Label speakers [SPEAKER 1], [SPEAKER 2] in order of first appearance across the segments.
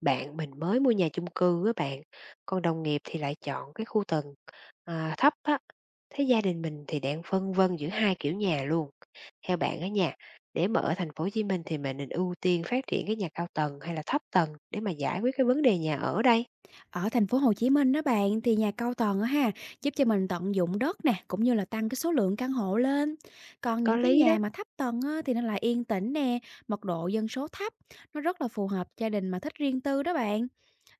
[SPEAKER 1] Bạn mình mới mua nhà chung cư á bạn, còn đồng nghiệp thì lại chọn cái khu tầng, à, thấp á. Thế gia đình mình thì đang phân vân giữa hai kiểu nhà luôn. Theo bạn á, nhà để mà ở thành phố Hồ Chí Minh thì mình nên ưu tiên phát triển cái nhà cao tầng hay là thấp tầng để mà giải quyết cái vấn đề nhà ở đây?
[SPEAKER 2] Ở thành phố Hồ Chí Minh đó bạn thì nhà cao tầng á ha, giúp cho mình tận dụng đất nè, cũng như là tăng cái số lượng căn hộ lên. Còn
[SPEAKER 1] Có
[SPEAKER 2] những cái
[SPEAKER 1] lý
[SPEAKER 2] nhà
[SPEAKER 1] đó.
[SPEAKER 2] mà thấp tầng á, thì nó lại yên tĩnh nè, mật độ dân số thấp, nó rất là phù hợp gia đình mà thích riêng tư đó bạn.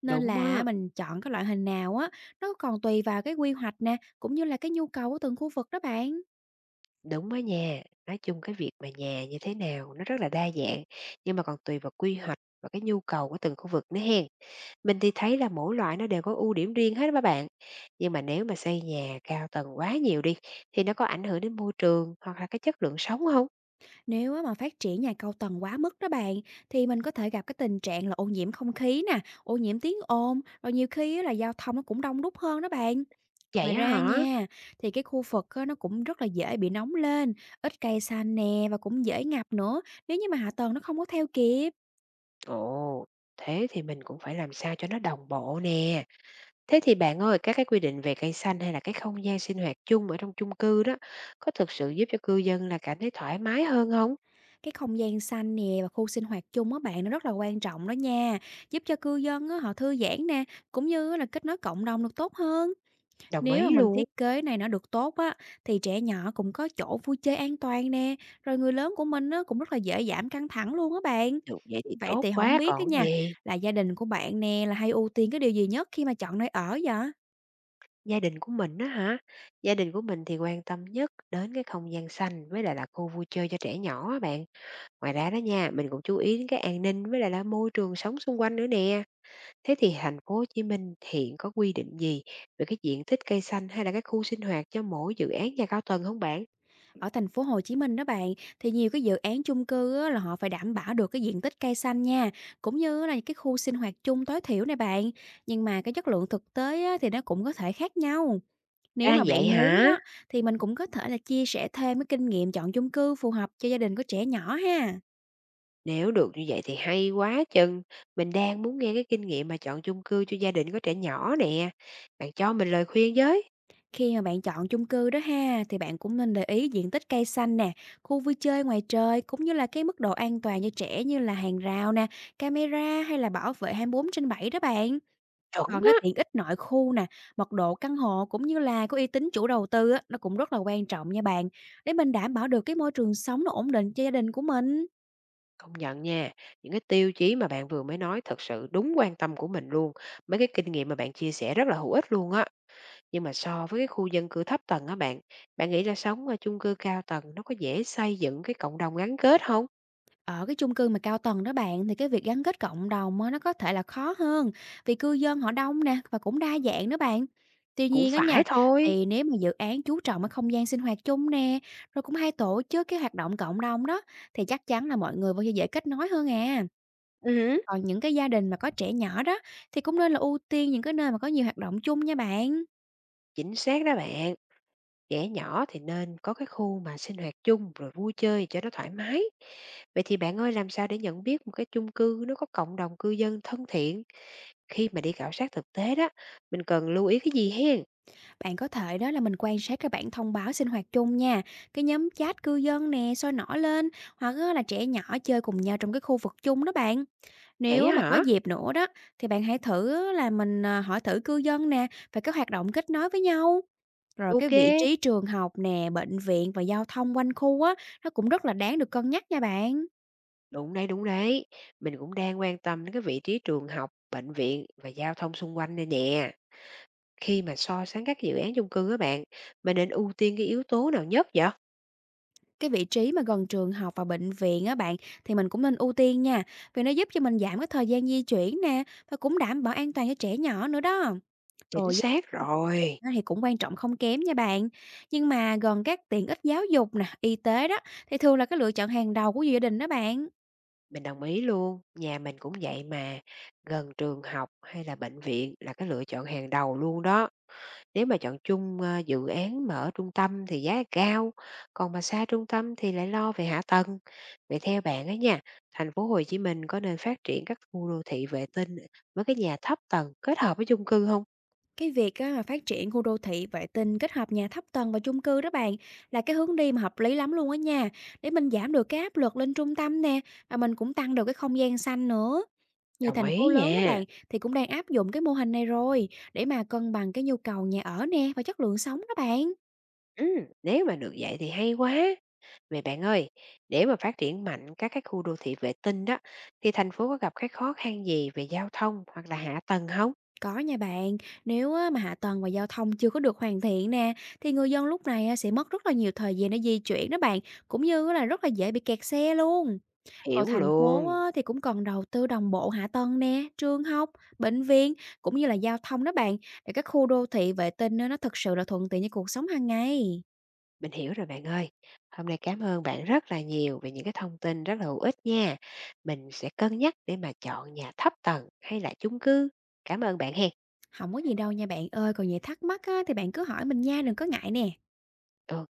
[SPEAKER 2] Nên
[SPEAKER 1] Đúng
[SPEAKER 2] là
[SPEAKER 1] á,
[SPEAKER 2] mình chọn cái loại hình nào á, nó còn tùy vào cái quy hoạch nè, cũng như là cái nhu cầu của từng khu vực đó bạn.
[SPEAKER 1] đúng á nha. Nói chung cái việc mà nhà như thế nào nó rất là đa dạng, nhưng mà còn tùy vào quy hoạch và cái nhu cầu của từng khu vực nữa hen. Mình thì thấy là mỗi loại nó đều có ưu điểm riêng hết các bạn. Nhưng mà nếu mà xây nhà cao tầng quá nhiều đi thì nó có ảnh hưởng đến môi trường hoặc là cái chất lượng sống không?
[SPEAKER 2] Nếu á mà phát triển nhà cao tầng quá mức đó bạn, thì mình có thể gặp cái tình trạng là ô nhiễm không khí nè, ô nhiễm tiếng ồn, rồi nhiều khi á là giao thông nó cũng đông đúc hơn đó bạn.
[SPEAKER 1] Vậy
[SPEAKER 2] Ngoài
[SPEAKER 1] á
[SPEAKER 2] ra
[SPEAKER 1] hả?
[SPEAKER 2] nha, thì cái khu vực á, nó cũng rất là dễ bị nóng lên, ít cây xanh nè và cũng dễ ngập nữa nếu như mà hạ tầng nó không có theo kịp.
[SPEAKER 1] Ồ, thế thì mình cũng phải làm sao cho nó đồng bộ nè. Thế thì bạn ơi, các cái quy định về cây xanh hay là cái không gian sinh hoạt chung ở trong chung cư đó có thực sự giúp cho cư dân là cảm thấy thoải mái hơn không?
[SPEAKER 2] Cái không gian xanh nè và khu sinh hoạt chung á bạn nó rất là quan trọng đó nha, giúp cho cư dân á, họ thư giãn nè, cũng như là kết nối cộng đồng được tốt hơn.
[SPEAKER 1] Đồng
[SPEAKER 2] Nếu mà
[SPEAKER 1] ý
[SPEAKER 2] mình
[SPEAKER 1] luôn.
[SPEAKER 2] thiết kế này nó được tốt á, thì trẻ nhỏ cũng có chỗ vui chơi an toàn nè, rồi người lớn của mình á, cũng rất là dễ giảm căng thẳng luôn á bạn.
[SPEAKER 1] Được vậy thì
[SPEAKER 2] Vậy
[SPEAKER 1] tốt
[SPEAKER 2] thì không
[SPEAKER 1] quá
[SPEAKER 2] biết á
[SPEAKER 1] còn
[SPEAKER 2] nha,
[SPEAKER 1] gì.
[SPEAKER 2] là gia đình của bạn nè, là hay ưu tiên cái điều gì nhất khi mà chọn nơi ở vậy?
[SPEAKER 1] Gia đình của mình đó hả? Gia đình của mình thì quan tâm nhất đến cái không gian xanh với lại là khu vui chơi cho trẻ nhỏ á bạn. Ngoài ra đó nha, mình cũng chú ý đến cái an ninh với lại là môi trường sống xung quanh nữa nè. Thế thì thành phố Hồ Chí Minh hiện có quy định gì về cái diện tích cây xanh hay là cái khu sinh hoạt cho mỗi dự án nhà cao tầng không bạn?
[SPEAKER 2] Ở thành phố Hồ Chí Minh đó bạn, thì nhiều cái dự án chung cư á, là họ phải đảm bảo được cái diện tích cây xanh nha, cũng như là cái khu sinh hoạt chung tối thiểu này bạn, nhưng mà cái chất lượng thực tế á, thì nó cũng có thể khác nhau. Nếu
[SPEAKER 1] À,
[SPEAKER 2] mà
[SPEAKER 1] vậy
[SPEAKER 2] bạn muốn
[SPEAKER 1] hả?
[SPEAKER 2] đó, thì mình cũng có thể là chia sẻ thêm cái kinh nghiệm chọn chung cư phù hợp cho gia đình có trẻ nhỏ ha.
[SPEAKER 1] Nếu được như vậy thì hay quá chừng. Mình đang muốn nghe cái kinh nghiệm mà chọn chung cư cho gia đình có trẻ nhỏ nè. Bạn cho mình lời khuyên với.
[SPEAKER 2] Khi mà bạn chọn chung cư đó ha, thì bạn cũng nên để ý diện tích cây xanh nè, khu vui chơi ngoài trời cũng như là cái mức độ an toàn cho trẻ như là hàng rào nè, camera hay là bảo vệ 24 trên 7 đó bạn.
[SPEAKER 1] Chuẩn
[SPEAKER 2] Còn cái
[SPEAKER 1] á.
[SPEAKER 2] tiện ích nội khu nè, mật độ căn hộ cũng như là có uy tín chủ đầu tư á, nó cũng rất là quan trọng nha bạn, để mình đảm bảo được cái môi trường sống nó ổn định cho gia đình của mình.
[SPEAKER 1] Công nhận nha, những cái tiêu chí mà bạn vừa mới nói thật sự đúng quan tâm của mình luôn. Mấy cái kinh nghiệm mà bạn chia sẻ rất là hữu ích luôn á. Nhưng mà so với cái khu dân cư thấp tầng á bạn, bạn nghĩ là sống ở chung cư cao tầng nó có dễ xây dựng cái cộng đồng gắn kết không?
[SPEAKER 2] Ở cái chung cư mà cao tầng đó bạn thì cái việc gắn kết cộng đồng á, nó có thể là khó hơn vì cư dân họ đông nè và cũng đa dạng đó bạn. Tuy
[SPEAKER 1] Cũng
[SPEAKER 2] nhiên á nha,
[SPEAKER 1] phải thôi.
[SPEAKER 2] thì nếu mà dự án chú trọng cái không gian sinh hoạt chung nè, rồi cũng hay tổ chức cái hoạt động cộng đồng đó thì chắc chắn là mọi người vẫn sẽ dễ kết nối hơn à.
[SPEAKER 1] Ừ,
[SPEAKER 2] Còn những cái gia đình mà có trẻ nhỏ đó thì cũng nên là ưu tiên những cái nơi mà có nhiều hoạt động chung nha bạn.
[SPEAKER 1] chính xác đó bạn. Trẻ nhỏ thì nên có cái khu mà sinh hoạt chung rồi vui chơi cho nó thoải mái. Vậy thì bạn ơi, làm sao để nhận biết một cái chung cư nó có cộng đồng cư dân thân thiện khi mà đi khảo sát thực tế đó, mình cần lưu ý cái gì hen?
[SPEAKER 2] Bạn có thể đó là mình quan sát các bản thông báo sinh hoạt chung nha, cái nhóm chat cư dân nè sôi nổi lên hoặc á là trẻ nhỏ chơi cùng nhau trong cái khu vực chung đó bạn. Nếu
[SPEAKER 1] Vậy
[SPEAKER 2] á
[SPEAKER 1] á
[SPEAKER 2] mà có
[SPEAKER 1] hả?
[SPEAKER 2] dịp nữa đó thì bạn hãy thử á là mình à, hỏi thử cư dân nè về các hoạt động kết nối với nhau. Rồi cái
[SPEAKER 1] Ok,
[SPEAKER 2] vị trí trường học nè, bệnh viện và giao thông quanh khu á nó cũng rất là đáng được cân nhắc nha bạn.
[SPEAKER 1] đúng đấy, đúng đấy. Mình cũng đang quan tâm đến cái vị trí trường học, bệnh viện và giao thông xung quanh đây nè. Khi mà so sánh các dự án chung cư á bạn, mình nên ưu tiên cái yếu tố nào nhất vậy?
[SPEAKER 2] Cái vị trí mà gần trường học và bệnh viện á bạn, thì mình cũng nên ưu tiên nha, vì nó giúp cho mình giảm cái thời gian di chuyển nè, và cũng đảm bảo an toàn cho trẻ nhỏ nữa đó.
[SPEAKER 1] Chính
[SPEAKER 2] Rồi á,
[SPEAKER 1] xác
[SPEAKER 2] phương tiện
[SPEAKER 1] rồi,
[SPEAKER 2] á thì cũng quan trọng không kém nha bạn. Nhưng mà gần các tiện ích giáo dục nè, y tế đó, thì thường là cái lựa chọn hàng đầu của gia đình đó bạn.
[SPEAKER 1] mình đồng ý luôn. Nhà mình cũng vậy mà, gần trường học hay là bệnh viện là cái lựa chọn hàng đầu luôn đó. Nếu mà dự án mà ở trung tâm thì giá cao, còn mà xa trung tâm thì lại lo về hạ tầng. Vậy theo bạn ấy nha, thành phố Hồ Chí Minh có nên phát triển các khu đô thị vệ tinh với cái nhà thấp tầng kết hợp với chung cư không?
[SPEAKER 2] Cái việc á mà phát triển khu đô thị vệ tinh kết hợp nhà thấp tầng và chung cư đó bạn, là cái hướng đi mà hợp lý lắm luôn á nha, để mình giảm được cái áp lực lên trung tâm nè, và mình cũng tăng được cái không gian xanh nữa. Nhiều
[SPEAKER 1] Đồng
[SPEAKER 2] thành phố
[SPEAKER 1] ý
[SPEAKER 2] lớn đó
[SPEAKER 1] nha.
[SPEAKER 2] bạn thì cũng đang áp dụng cái mô hình này rồi để mà cân bằng cái nhu cầu nhà ở nè và chất lượng sống đó bạn.
[SPEAKER 1] Ừm, nếu mà được vậy thì hay quá. Vậy bạn ơi, để mà phát triển mạnh các cái khu đô thị vệ tinh đó, thì thành phố có gặp cái khó khăn gì về giao thông hoặc là hạ tầng không?
[SPEAKER 2] Có nha bạn, nếu á, mà hạ tầng và giao thông chưa có được hoàn thiện nè thì người dân lúc này á, sẽ mất rất là nhiều thời gian để di chuyển đó bạn, cũng như là rất là dễ bị kẹt xe luôn. Rồi
[SPEAKER 1] Hiểu
[SPEAKER 2] thành phố
[SPEAKER 1] luôn.
[SPEAKER 2] á, thì cũng cần đầu tư đồng bộ hạ tầng nè, trường học, bệnh viện cũng như là giao thông đó bạn để các khu đô thị vệ tinh á, nó thực sự là thuận tiện cho cuộc sống hàng ngày.
[SPEAKER 1] Mình hiểu rồi bạn ơi. Hôm nay cảm ơn bạn rất là nhiều về những cái thông tin rất là hữu ích nha. Mình sẽ cân nhắc để mà chọn nhà thấp tầng hay là chung cư. Cảm ơn bạn hen.
[SPEAKER 2] Không có gì đâu nha bạn ơi, còn gì thắc mắc á thì bạn cứ hỏi mình nha, đừng có ngại nè.
[SPEAKER 1] Ừ.